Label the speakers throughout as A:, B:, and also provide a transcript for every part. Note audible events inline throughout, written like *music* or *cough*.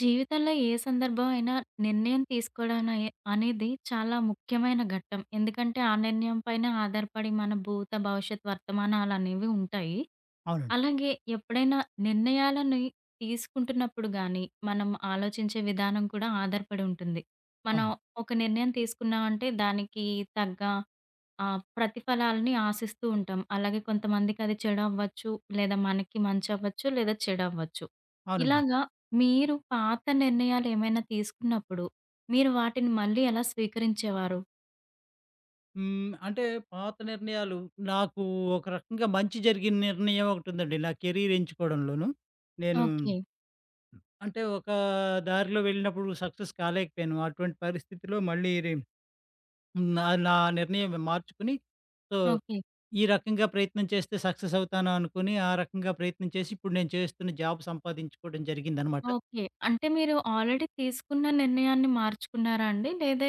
A: జీవితంలో ఏ సందర్భం అయినా నిర్ణయం తీసుకోవడం అనేది చాలా ముఖ్యమైన ఘట్టం. ఎందుకంటే, ఆ నిర్ణయం పైన ఆధారపడి మన భూత, భవిష్యత్, వర్తమానాలనేవి ఉంటాయి.
B: అవునండి.
A: అలాగే ఎప్పుడైనా నిర్ణయాలని తీసుకుంటున్నప్పుడు గానీ, మనం ఆలోచించే విధానం కూడా ఆధారపడి ఉంటుంది. మనం
B: అవునండి.
A: ఒక నిర్ణయం తీసుకున్నామంటే దానికి తగ్గ ప్రతిఫలాలని ఆశిస్తూ ఉంటాం. అలాగే కొంతమందికి అది చెడవ్వచ్చు, లేదా మనకి మంచవ్వచ్చు, లేదా చెడవ్వచ్చు.
B: అవునండి.
A: ఇలాగా మీరు పాత నిర్ణయాలేమైనా తీసుకున్నప్పుడు, మీరు వాటిని మళ్ళీ ఎలా స్వీకరించేవారు?
B: హ్మ్. అంటే పాత నిర్ణయాలు నాకు ఒక రకంగా మంచి జరిగిన నిర్ణయం ఒకటుందండి. నా కెరీర్ ఎంచుకోవడంలోను. నేను
A: ఓకే.
B: అంటే ఒక దారిలో వెళ్ళినప్పుడు సక్సెస్ కాలేకపోయాను. అటువంటి పరిస్థితిలో మళ్ళీ నా నా నిర్ణయం మార్చుకుని సో,
A: ఓకే.
B: ఈ రకంగా ప్రయత్నం చేస్తే సక్సెస్ అవుతాను అనుకుని, ఆ రకంగా ప్రయత్నం చేసి ఇప్పుడు నేను చేస్తున్న జాబ్ సంపాదించుకోవడం జరిగిందనమాట.
A: ఓకే. అంటే మీరు ఆల్రెడీ తీసుకున్న నిర్ణయాన్ని మార్చుకున్నారా అండి? లేదా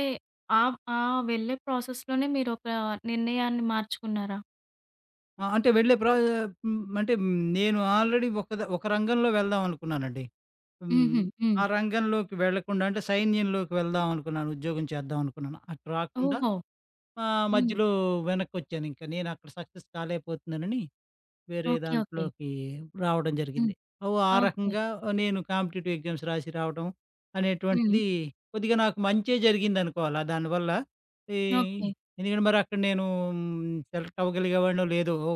A: ఆ ఆ వెళ్ళే ప్రాసెస్‌లోనే మీరొక నిర్ణయాన్ని మార్చుకున్నారా?
B: ఆ! అంటే వెళ్ళే ప్రా హ్మ్. అంటే నేను ఆల్రెడీ ఒక రంగంలో వెళ్దాం అనుకున్నానండి. హ్మ్.
A: హుహు. హ్మ్.
B: ఆ రంగంలోకి వెళ్ళకుండా అంటే సైన్యంలోకి వెళ్దాం అనుకున్నాను. ఉద్యోగం చేద్దాం అనుకున్నాను. అటు రాకుండా
A: ఓహో! హ్మ్.
B: మధ్యలో వెనక్కొచ్చానింక. నేనక్కడ సక్సెస్ కాలేకపోతున్నానని వేరే
A: ఓకే. ఓకే.
B: దాంట్లోకి రావడం
A: హ్మ్.
B: జరిగింది. ఓ ఆ
A: ఓకే.
B: రకంగా నేను కాంపిటీటివ్ ఎగ్జామ్స్ రాసి రావడం
A: హ్మ్.
B: అనేటువంటిది కొద్దిగా నాకు మంచే జరిగిందనుకోవాలా దానివల్ల. ఈ
A: ఓకే.
B: ఎందుకంటే మరి అక్కడ నేను సెలెక్ట్ అవ్వగలిగేవాడినో లేదో ఓ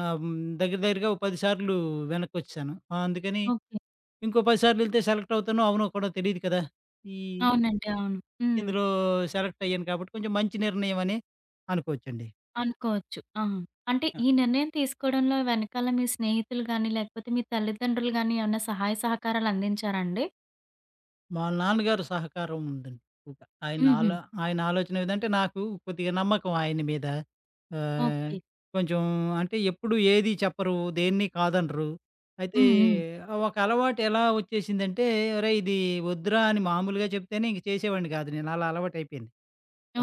B: నా దగ్గర దగ్గరగా ఓ 10 సార్లు వెనక్కొచ్చేసాను. అందుకని
A: ఓకే.
B: ఇంకో 10 సార్లు ఎళ్తే సెలెక్ట్ అవుతానో, అవనో కూడా తెలీదు కదా! ఈ
A: అవునండి. అవును. హ్మ్.
B: ఇందులో సెలెక్ట్ అయ్యాను కాబట్టి కొంచెం మంచి నిర్ణయం అని అనుకోవచ్చండి.
A: అనుకోవచ్చు. ఆ! అంటే
B: ఆ!
A: ఈ నిర్ణయం తీసుకోవడంలో వెనకాల మీ స్నేహితులు గాని, లేకపోతే మీ తల్లిదండ్రులు గాని ఏమన్నా సహాయ సహకారాలు అందించారా అండి?
B: మా నాన్నగారు సహకారం ఉందండి. ఇంకా
A: హుహు.
B: ఆయన ఆలోచన ఏదంటే నాకు కొద్దిగా నమ్మకం ఆయన మీద. ఆహ్,
A: ఓకే.
B: కొంచెం అంటే ఎప్పుడు ఏది చెప్పరు, దేన్ని కాదనరు. అయితే
A: హ్మ్. హ్మ్.
B: ఒక అలవాటు ఎలా వచ్చేసిందంటే, "ఒరేయ్! ఇది వద్దురా" అని మామూలుగా చెప్తేనే ఇంక చేసేవాడిని కాదు నేను. అలా అలవాటయిపోయింది.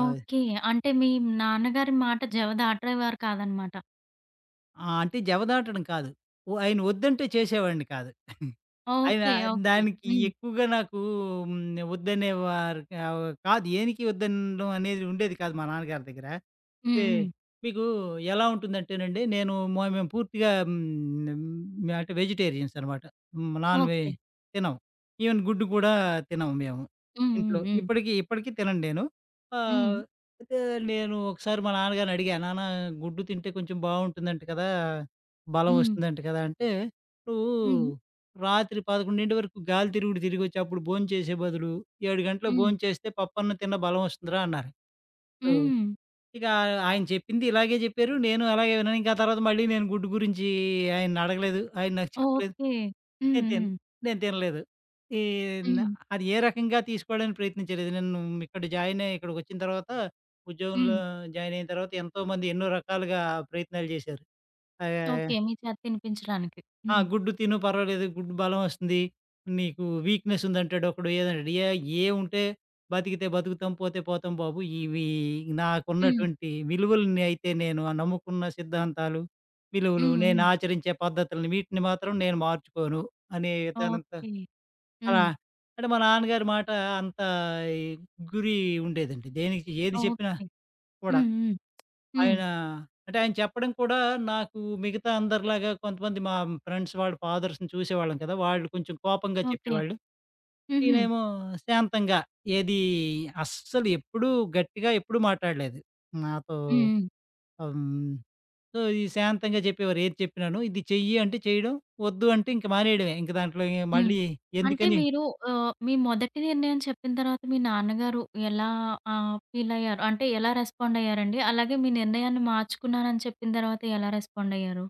B: ఆ!
A: ఓకే. అంటే మీ నాన్నగారి మాట జెవ దాటేవారు కాదనమాట.
B: ఆ! అంటే జవదాటడం కాదు. ఓ ఆయన వద్దంటే చేసేవాడిని కాదు. ఆయన
A: ఓకే. ఓకే.
B: దానికి
A: హ్మ్.
B: ఎక్కువగా నాకు హ్మ్. వద్దనేవారు కా కాదు. ఏనికి వద్దనడం అనేది ఉండేది కాదు మా నాన్నగారి దగ్గర. అయితే
A: హ్మ్. హ్మ్.
B: మీకు ఎలా ఉంటుందంటేనండి, నేను మొ మేము పూర్తిగా హ్మ్, అంటే వెజిటేరియన్స్ అనమాట. హ్మ్, నాన్ వె
A: ఓకే.
B: తినం. ఈవెన్ గుడ్డు కూడా తినము మేము.
A: హ్మ్.
B: ఇంట్లో
A: హ్మ్.
B: ఇప్పటికి ఇప్పటికి తినను నేను.
A: హ్మ్.
B: ఆహ్, అయితే నేను ఒకసారి మా నాన్నగారిని అడిగా, "నాన్న గుడ్డు తింటే కొంచెం బావుంటుందంట కదా! బలం
A: హ్మ్.
B: వస్తుందంట కదా!" అంటే, "నువ్వు
A: హ్మ్. హ్మ్.
B: రాత్రి 11 వరకు గాలి తిరుగుడు తిరిగొచ్చి అప్పుడు భోంచేసే బదులు 7 గంటలకు
A: హ్మ్.
B: భోంచేస్తే పప్పన్నం తిన్న బలం వస్తుందిరా" అన్నారు. సో
A: హ్మ్.
B: ఇక ఆయన చెప్పింది ఇలాగే చెప్పారు. నేను అలాగే విన్నాను. ఇంకా తర్వాత మళ్ళీ నేను గుడ్డు గురించి ఆయన్ని అడగలేదు. ఆయన నాకు చెప్పలేదు.
A: ఓకే. హ్మ్.
B: నేను తిన్
A: హ్మ్.
B: నేను తినలేదు. ఈ న
A: హ్మ్.
B: అది ఏ రకంగా తీసుకోవడానికి ప్రయత్నించలేదు. నేను ఇక్కడ జాయిన్ అయ్యి ఇక్కడికొచ్చిన తర్వాత
A: హ్మ్.
B: ఉద్యోగంలో జాయిన్ అయిన తర్వాత ఎంతోమంది ఎన్నో రకాలుగా ప్రయత్నాలు చేశారు. ఆహ్
A: ఓకే. మీ చేత తినిపించడానికి.
B: ఆ!
A: హ్మ్.
B: గుడ్డు తిను పర్వాలేదు. గుడ్డు బలం వస్తుంది. నీకు వీక్‌నెస్ ఉందంటాడు ఒకడు. ఏదంటాడు. ఏ ఏముంటే బతికితే బతుకుతాం. పోతే పోతాం బాబు. ఇవి
A: హ్మ్.
B: నాకున్నటువంటి విలువలని అయితే నేను ఆ నమ్ముకున్న సిద్ధాంతాలు, విలువలు,
A: హ్మ్.
B: నేను
A: హ్మ్.
B: ఆచరించే పద్ధతులని వీటిని మాత్రం నేను మార్చుకోను అనే విధానంతో
A: ఓకే.
B: అలా
A: హ్మ్.
B: అంటే మా నాన్నగారి మాట అంత ఈ గురి ఉండేదండి. దేనికి ఏది చెప్పినా
A: ఓకే.
B: కూడా.
A: హ్మ్. హ్మ్. హ్మ్.
B: ఆయన అంటే ఆయన చెప్పడం కూడా నాకు మిగతా అందరిలాగా కొంతమంది మా ఫ్రెండ్స్ వాళ్ళ ఫాదర్స్‌ని చూసేవాళ్ళం కదా! వాళ్ళు కొంచెం కోపంగా
A: ఓకే.
B: చెప్పేవాళ్ళు.
A: హుహు.
B: ఈయనేమో శాంతంగా ఏది అస్సలు ఎప్పుడూ గట్టిగా ఎప్పుడు మాట్లాడలేదు నాతో.
A: హ్మ్. హ్మ్.
B: హ్మ్. సో, ఈ శాంతంగా చెప్పేవారు ఏది చెప్పినాను. ఇది చెయ్యి అంటే చేయడం, వద్దు అంటే ఇంక మానేయడమే. ఇంక దాంట్లో ఇంక
A: హ్మ్.
B: మళ్ళీ
A: అంటే
B: ఎందుకని
A: మీరు మీ మొదటి నిర్ణయం చెప్పిన తర్వాత మీ నాన్నగారు ఎలా ఫీల్ అయ్యారు? అంటే ఎలా రెస్పాండ్ అయ్యారండి? అలాగే మీ నిర్ణయాన్ని మార్చుకున్నానని చెప్పిన తర్వాత ఎలా రెస్పాండ్ అయ్యారు?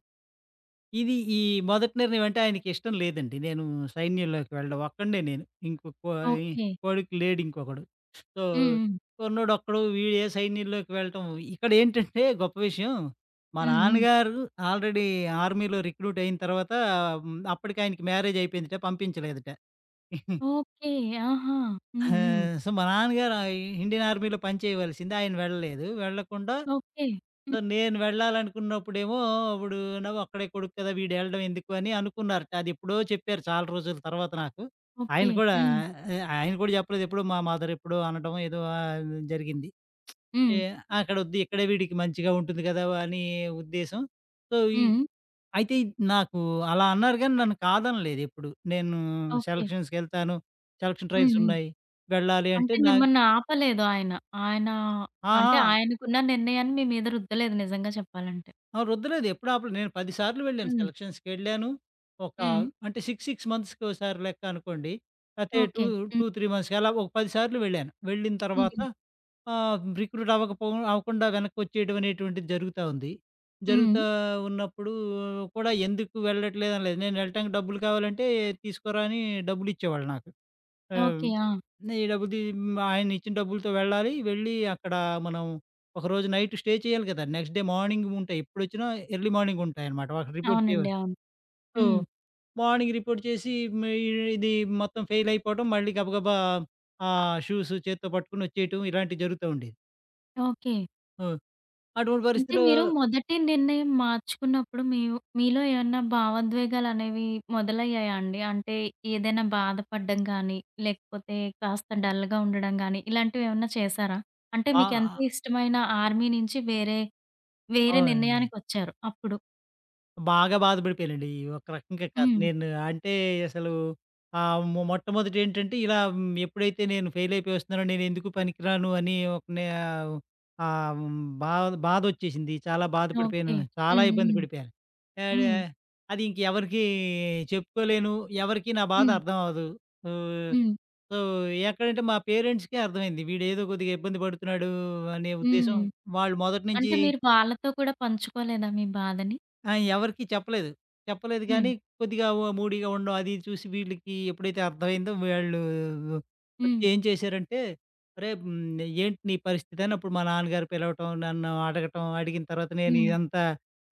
B: ఇది ఈ మొదటి నిర్ణయం అంటే ఆయనకిష్టం లేదండి. నేను సైన్యంలోకి వెళ్ళడం. ఒక్కడినే నేను. ఇంకొక కో ఈ
A: ఓకే.
B: కొడుకు లేడు ఇంకొకడు. సో,
A: హ్మ్. హ్మ్.
B: కుర్రోడొక్కడు వీడే సైన్యంలోకి వెళ్ళటం. ఇక్కడేంటంటే గొప్ప విషయం మా
A: హ్మ్. హ్మ్.
B: నాన్నగారు ఆల్రెడీ ఆర్మీలో రిక్రూట్ అయిన తర్వాత అప్పటికి ఆయనకి మ్యారేజ్ అయిపోయిందట. పంపించలేదట. *laughs*
A: ఓకే. ఆహా! హ్మ్.
B: ఆ!
A: హ్మ్.
B: సో, మా నాన్నగారు ఇండియన్ ఆర్మీలో పనిచేయవలసింది. ఆయన వెళ్ళలేదు. వెళ్ళకుండా
A: ఓకే.
B: సో,
A: హ్మ్.
B: నేను వెళ్ళాలనుకున్నప్పుడేమో అప్పుడు నా ఒక్కడే కొడుకు కదా! వీడెళ్ళడం ఎందుకు అని అనుకున్నారట. అది ఎప్పుడో చెప్పారు చాలా రోజుల తర్వాత నాకు.
A: ఓకే.
B: ఆయన కూడా
A: హ్మ్.
B: ఆయన కూడా చెప్పలేదు. ఎప్పుడో మా మదర్ ఎప్పుడో అనడం ఏదో జరిగింది.
A: హ్మ్.
B: ఏ అక్కడొద్దు ఇక్కడే వీడికి మంచిగా ఉంటుంది కదా! అని ఉద్దేశం. సో, ఈ
A: హ్మ్.
B: అయితే ఈ- నాకు అలా అన్నారు గానీ నన్ను కాదనలేదు ఎప్పుడు. నేను
A: ఓకే.
B: సెలక్షన్స్‌కెళ్తాను. సెలక్షన్
A: హ్మ్. హ్మ్.
B: ట్రయల్సున్నాయి. వెళ్ళాలి అంటే
A: అంటే
B: నా
A: మిమ్మల్ని ఆపలేదు ఆయన. ఆయన
B: ఆ!
A: అంటే
B: ఆ!
A: ఆయనకున్న నిర్ణయాన్ని మీ మీద రుద్దలేదు నిజంగా చెప్పాలంటే.
B: ఆ! రుద్దలేదు. ఎప్పుడు ఆపలేదు. నేను 10 సార్లు వెళ్ళాను.
A: హ్మ్.
B: సెలక్షన్స్‌కెళ్ళాను. ఒక
A: హ్మ్.
B: అంటే 6 మంత్స్‌కోసారి లెక్క అనుకోండి. లేతే 2,
A: ఓకే.
B: 2,
A: హ్మ్.
B: 3 మంత్స్‌కి అలా ఒక 10 సార్లు వెళ్ళాను. వెళ్ళిన తర్వాత
A: హ్మ్.
B: ఆహ్, రిక్రూట్ అవ్వకపో అవ్వకుండా వెనక్కి వచ్చేయడం అనేటువంటిది జరుగుతా ఉంది.
A: హ్మ్.
B: జరుగుతా ఉన్నప్పుడు కూడా ఎందుకు వెళ్ళట్లేదు అనలేదు. నేను వెళ్ళటానికి డబ్బులు కావాలంటే, "తీసుకోరా" అని డబ్బులిచ్చేవాళ్ళు నాకు. ఆహ్,
A: ఓకే. ఆ!
B: నే ఈ డబ్బులు తీ ఆయనిచ్చిన డబ్బులతో వెళ్ళాలి. వెళ్ళి అక్కడ మనం ఒకరోజు నైట్ స్టే చేయాలి కదా! నెక్స్ట్ డే మార్నింగ్ ఉంటాయి. ఎప్పుడొచ్చినా ఎర్లీ మార్నింగ్ ఉంటాయన్నమాట. వాళ్ళకి రిపోర్ట్
A: అవునండి.
B: చేయవలసి
A: అవును.
B: సో,
A: హ్మ్.
B: మార్నింగ్ రిపోర్ట్ చేసి మే ఇది మొత్తం ఫెయిల్ అయిపోవడం, మళ్ళీ గబగబా ఆ షూస్ చేత్తో పట్టుకొని వచ్చేయటం ఇలాంటివి జరుగుతూ ఉండేది.
A: ఓకే.
B: హ్మ్. అటువంటి
A: అంటే
B: పరిస్థితిలో
A: మీరు మొదటి నిర్ణయం మార్చుకున్నప్పుడు మీలో ఏమన్నా భావోద్వేగాలనేవి మొదలయ్యాయా అండి? అంటే ఏదైనా బాధపడడం గానీ, లేకపోతే కాస్త డల్‌గా ఉండడం గానీ, ఇలాంటివేమన్నా చేశారా? అంటే
B: ఆ!
A: మీకెంతో
B: ఆ!
A: ఇష్టమైన ఆర్మీ నుంచి వేరే, వేరే
B: అవునండి.
A: నిర్ణయానికొచ్చారు అప్పుడు.
B: బాగా బాధపడిపోయానండి. ఈ ఒక రకంగా కాదు.
A: హ్మ్.
B: నేను అంటే అసలు మొట్టమొదట ఏంటంటే ఇలా హ్మ్, ఎప్పుడైతే నేను ఫెయిల్ అయిపోయి వస్తున్నానో నేనెందుకు పనికిరాను అని ఒక నే ఆహ్, బాధొచ్చేసింది. చాలా బాధపడిపోయాను.
A: ఓకే.
B: చాలా
A: హ్మ్.
B: ఇబ్బంది
A: హ్మ్.
B: పడిపోయాను. యాడ
A: హ్మ్.
B: అది ఇంకెవరికీ చెప్పుకోలేను. ఎవరికీ నా బాధ
A: హ్మ్.
B: అర్థం అవ్వదు. ఆహ్,
A: హ్మ్.
B: సో, ఎక్కడంటే మా పేరెంట్స్‌కే అర్థమైంది. వీడేదో కొద్దిగా ఇబ్బంది పడుతున్నాడు అనే ఉద్దేశం.
A: హ్మ్.
B: వాళ్ళు మొదటి నుంచి
A: అంటే మీరు వాళ్ళతో కూడా పంచుకోలేదా మీ బాధని?
B: ఆ! ఎవరికీ చెప్పలేదు. చెప్పలేదు
A: హ్మ్.
B: గానీ, కొద్దిగా ఓ మూడీగా ఉండడం అది ఇది చూసి వీళ్ళకి ఎప్పుడైతే అర్థమైందో వీళ్ళు వచ్చి
A: హ్మ్.
B: ఏం చేశారంటే, "అరేయ్! హ్మ్, ఏంటి నీ పరిస్థితి?" అని అప్పుడు మా నాన్నగారు పిలవటం, నన్ను అడగటం, అడిగిన తర్వాత నేను
A: హ్మ్.
B: ఇదంతా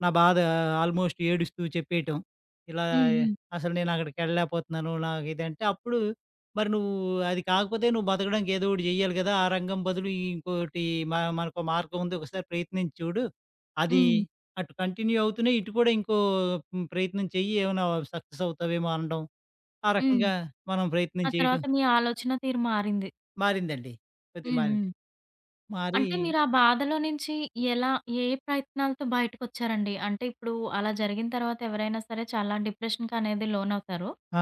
B: నా బాధ ఆల్మోస్ట్ ఏడుస్తూ చెప్పేయటం. ఇలా
A: హ్మ్. హ్మ్.
B: అసలు నేను అక్కడికెళ్ళలేకపోతున్నాను. నాకిదంటే అప్పుడు మరి నువ్వు అది కాకపోతే నువ్వు బతకడానికి ఏదో ఒకటి జెయ్యాలి గదా! ఆ రంగం బదులు ఇంకోటి మ మనకో మార్గం ఉంది. ఒకసారి ప్రయత్నించి చూడు. అది
A: హ్మ్.
B: అటు కంటిన్యూ అవుతూనే ఇటు కూడా ఇంకో ప్రయత్నం చెయ్యి ఏమైనా సక్సెస్ అవుతావేమో అనడం. ఆ
A: హ్మ్.
B: రకంగా మనం ప్రయత్నం
A: ఆ
B: చేయడం
A: తర్వాత మీ ఆలోచన తీరు మారింది.
B: మారిందండి. కొద్దిగా
A: హ్మ్.
B: మారింది.
A: హ్మ్.
B: మారి
A: అంటే మీరు ఆ బాధలో నుంచి ఎలా ఏ ప్రయత్నాలతో బయటకొచ్చారండి? అంటే ఇప్పుడు అలా జరిగిన తర్వాత ఎవరైనా సరే చాలా డిప్రెషన్‌కనేది లోనవుతారు.
B: ఆ!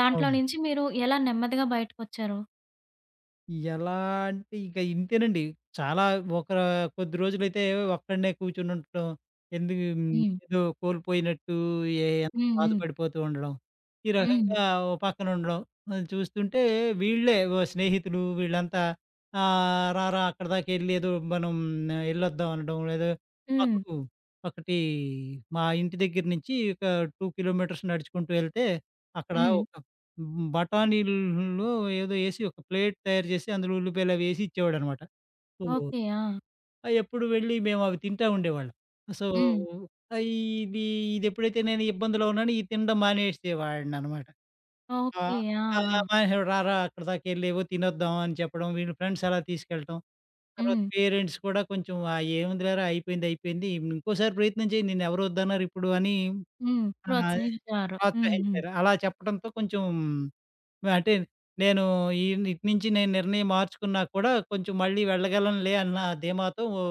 A: దాంట్లో
B: అవును.
A: నుంచి మీరు ఎలా నెమ్మదిగా బయటకొచ్చారు?
B: ఎలా అంటే ఇక ఇంతేనండి. చాలా ఒక కొద్ది రోజులైతే ఒక్కడినే కూర్చొని ఉండటం. ఎందుకు
A: హ్మ్.
B: ఏదో కోల్పోయినట్టు ఏ ఎంత
A: హ్మ్. హ్మ్.
B: బాధపడిపోతూ ఉండడం. ఈ
A: హ్మ్.
B: రకంగా ఓ పక్కన ఉండడం. అది చూస్తుంటే వీళ్ళే ఓ స్నేహితులు వీళ్ళంతా రారా అక్కడి దాకెళ్ళి ఏదో మనం ఎళ్ళొద్దాం అనడం. లేదా
A: హ్మ్.
B: మాకు ఒకటి మా ఇంటి దగ్గర నుంచి ఒక 2 కిలోమీటర్స్ నడుచుకుంటూ ఎళ్తే అక్కడ
A: హ్మ్.
B: ఒక హ్మ్. బఠానీల్లో ఏదో ఏసి ఒక ప్లేట్ తయారు చేసి అందులో ఉల్లిపాయలవి ఏసి ఇచ్చేవాడనమాట. ఓహ్!
A: ఓకే. ఆ!
B: ఎప్పుడు వెళ్ళి మేమవి తింటా ఉండేవాళ్ళం. సో,
A: హ్మ్.
B: ఆహ్, ఇది ఇదెప్పుడైతే నేను ఇబ్బందిలో ఉన్నానో ఇది తినడం మానేసేవాడిననమాట. ఆ!
A: ఓకే. ఆ! ఆ!
B: అలా మానేసేవాడు. "రారా అక్కడి దాకెళ్ళేవో తినొద్దాం" అని చెప్పడం, వీళ్ళు ఫ్రెండ్స్ అలా తీసుకెళ్ళటం. తర్వాత
A: హ్మ్.
B: పేరెంట్స్ కూడా కొంచెం "ఆ! ఏముంది లేరా అయిపోయింది, అయిపోయింది. ఇంకోసారి ప్రయత్నం చెయ్యి. నిన్నెవరొద్దన్నారు ఇప్పుడు" అని
A: హ్మ్.
B: ఆహ్,
A: ప్రోత్సహించారు. హ్మ్. హ్మ్.
B: ప్రోత్సహించారు. అలా చెప్పడంతో కొంచెం అంటే నేను ఈ ఇటు నుంచి నేను నిర్ణయం మార్చుకున్నా కూడా కొంచెం మళ్ళీ వెళ్ళగలనులే అన్న ధీమాతో ఓ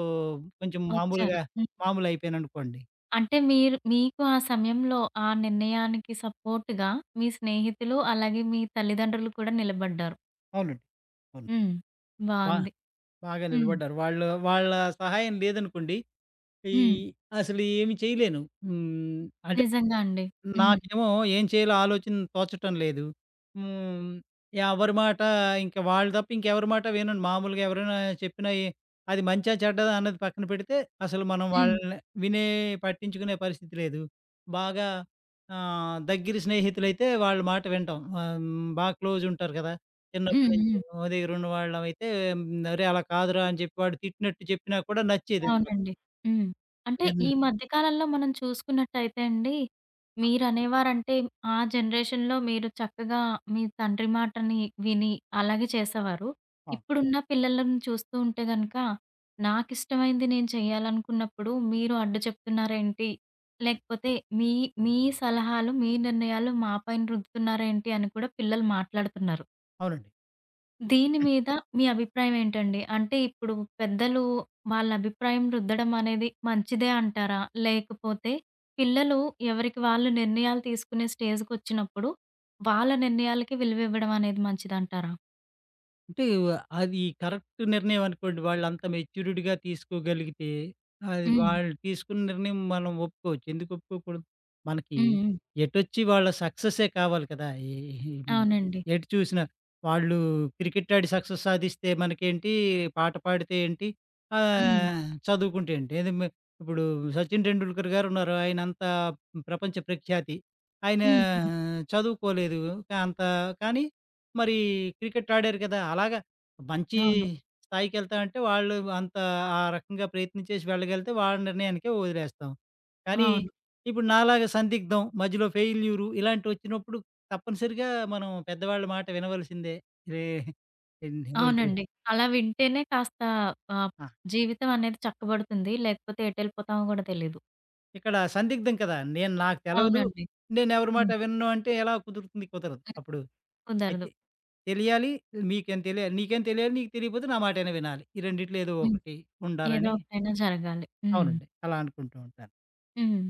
B: కొంచెం
A: వచ్చారు.
B: మామూలుగా
A: హ్మ్.
B: మామూలు అయిపోయాననుకోండి.
A: అంటే మీరు మీకు ఆ సమయంలో ఆ నిర్ణయానికి సపోర్ట్‌గా మీ స్నేహితులు, అలాగే మీ తల్లిదండ్రులు కూడా నిలబడ్డారు.
B: అవునండి. అవును.
A: హ్మ్.
B: బా
A: బావుంది.
B: బాగా
A: హ్మ్.
B: నిలబడ్డారు. వాళ్ళు వాళ్ళ సహాయం లేదనుకోండి, ఈ
A: హ్మ్.
B: అసలు ఏమి చేయలేను. హ్మ్. అంటే
A: నిజంగా అండి. హ్మ్.
B: నాకేమో ఏం చేయాలో ఆలోచన తోచటం లేదు. హ్మ్. ఎవరి మాట ఇంక వాళ్ళు తప్ప ఇంకెవరి మాట వినను. మామూలుగా ఎవరైనా చెప్పినా ఏ అది మంచా చెడ్డదా అన్నది పక్కన పెడితే అసలు మనం
A: హ్మ్.
B: వాళ్ళని వినే పట్టించుకునే పరిస్థితి లేదు. బాగా ఆహ్, దగ్గర స్నేహితులైతే వాళ్ళ మాట వింటాం. ఆహ్, హ్మ్. బాగా క్లోజ్ ఉంటారు కదా! చిన్నప్పటి
A: హ్మ్.
B: నుంచి
A: హ్మ్.
B: ఓ దగ్గర ఉన్నవాళ్ళమైతే హ్మ్. "అరే! అలా కాదురా" అని చెప్పి వాడు తిట్టినట్టు చెప్పినా కూడా నచ్చేదనమాట.
A: అవునండి. హ్మ్. అంటే
B: హ్మ్.
A: ఈ మధ్య కాలంలో మనం చూసుకున్నట్టయితే అండి, మీరనేవారంటే ఆ జనరేషన్‌లో మీరు చక్కగా మీ తండ్రి మాటని విని అలాగే చేసేవారు.
B: ఆ!
A: ఇప్పుడున్న పిల్లలను చూస్తూ ఉంటే గనక, నాకిష్టమైంది నేను చేయాలనుకున్నప్పుడు మీరు అడ్డు చెప్తున్నారేంటి? లేకపోతే మీ మీ సలహాలు, మీ నిర్ణయాలు మా పైన రుద్దుతున్నారేంటి అని కూడా పిల్లలు మాట్లాడుతున్నారు.
B: అవునండి.
A: దీని మీద మీ అభిప్రాయం ఏంటండి? అంటే ఇప్పుడు పెద్దలు వాళ్ళ అభిప్రాయం రుద్దడం అనేది మంచిదే అంటారా? లేకపోతే పిల్లలు ఎవరికి వాళ్ళు నిర్ణయాలు తీసుకునే స్టేజ్‌కొచ్చినప్పుడు వాళ్ళ నిర్ణయాలకి విలువివ్వడం అనేది మంచిదంటారా?
B: అంటే అది కరెక్ట్ నిర్ణయం అనుకోండి. వాళ్ళంత మెచ్యూరిటీగా తీసుకోగలిగితే, అది
A: హ్మ్.
B: వాళ్ళు తీసుకున్న నిర్ణయం మనం ఒప్పుకోవచ్చు. ఎందుకు ఒప్పుకోకూడదు? మనకి
A: హ్మ్. హ్మ్.
B: ఎటొచ్చి వాళ్ళ సక్సెస్సే కావాలి కదా! ఈ
A: అవునండి.
B: ఎటు చూసినా. వాళ్ళు క్రికెట్ ఆడి సక్సెస్ సాధిస్తే మనకేంటి, పాట పాడితే ఏంటి,
A: హ్మ్.
B: ఆహ్, చదువుకుంటే ఏంటి. అది మే ఇప్పుడు 'సచిన్ టెండూల్కర్' గారున్నారు. ఆయనంత ప్రపంచ ప్రఖ్యాతి. ఆయన
A: హ్మ్. హ్మ్.
B: చదువుకోలేదు. అంత కానీ మరి క్రికెట్ ఆడారు కదా! అలాగా మంచి
A: అవును.
B: స్థాయికెళ్తామంటే వాళ్ళు అంత ఆ రకంగా ప్రయత్నం చేసి వెళ్ళగలిగితే వాళ్ళ నిర్ణయానికే వదిలేస్తాం. కానీ
A: అవును.
B: ఇప్పుడు నాలాగా సందిగ్ధం, మధ్యలో ఫెయిల్యూరు ఇలాంటివొచ్చినప్పుడు తప్పనిసరిగా మనం పెద్దవాళ్ళ మాట వినవలసిందే. రే ఇప్పుడు,
A: అవునండి. అలా వింటేనే కాస్త ఆహ్,
B: ఆ!
A: జీవితం అనేది చక్కబడుతుంది. లేకపోతే ఎటెళ్ళిపోతామో కూడా తెలీదు.
B: ఇక్కడ సందిగ్ధం కదా! నేను నాకు తెలవదు.
A: అవునండి.
B: నేనెవరి
A: హ్మ్.
B: మాట
A: హ్మ్.
B: వినను అంటే ఎలా కుదురుతుంది? కుదరదు.
A: హ్మ్.
B: అప్పుడు
A: కుదరదు.
B: అయితే తెలియాలి. మీకేం తెలియాలి. నీకేం తెలియాలి. నీకు తెలియకపోతే నా మాటైనా వినాలి. ఈ రెండిట్లో ఏదో
A: హ్మ్.
B: ఒకటి
A: ఏదో
B: ఉండాలని
A: ఒకటైనా జరగాలి. హ్మ్.
B: అవునండి. అలా అనుకుంటూ ఉంటాను.
A: హ్మ్.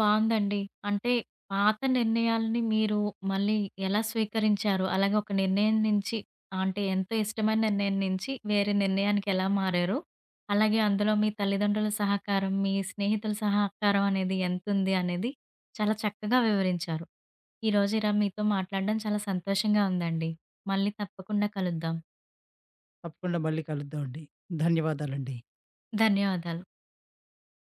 A: బావుందండి. అంటే పాత నిర్ణయాల్ని మీరు మళ్ళీ ఎలా స్వీకరించారు? అలాగే ఒక నిర్ణయం నుంచి అంటే ఎంతో ఇష్టమైన నిర్ణయం నుంచి వేరే నిర్ణయానికి ఎలా మారారు? అలాగే అందులో మీ తల్లిదండ్రుల సహకారం, మీ స్నేహితుల సహకారం అనేది ఎంతుంది అనేది చాలా చక్కగా వివరించారు. ఈరోజు ఇలా మీతో మాట్లాడడం చాలా సంతోషంగా ఉందండి. మళ్ళీ తప్పకుండా కలుద్దాం.
B: తప్పకుండా మళ్ళీ కలుద్దామండి. ధన్యవాదాలండి.
A: ధన్యవాదాలు.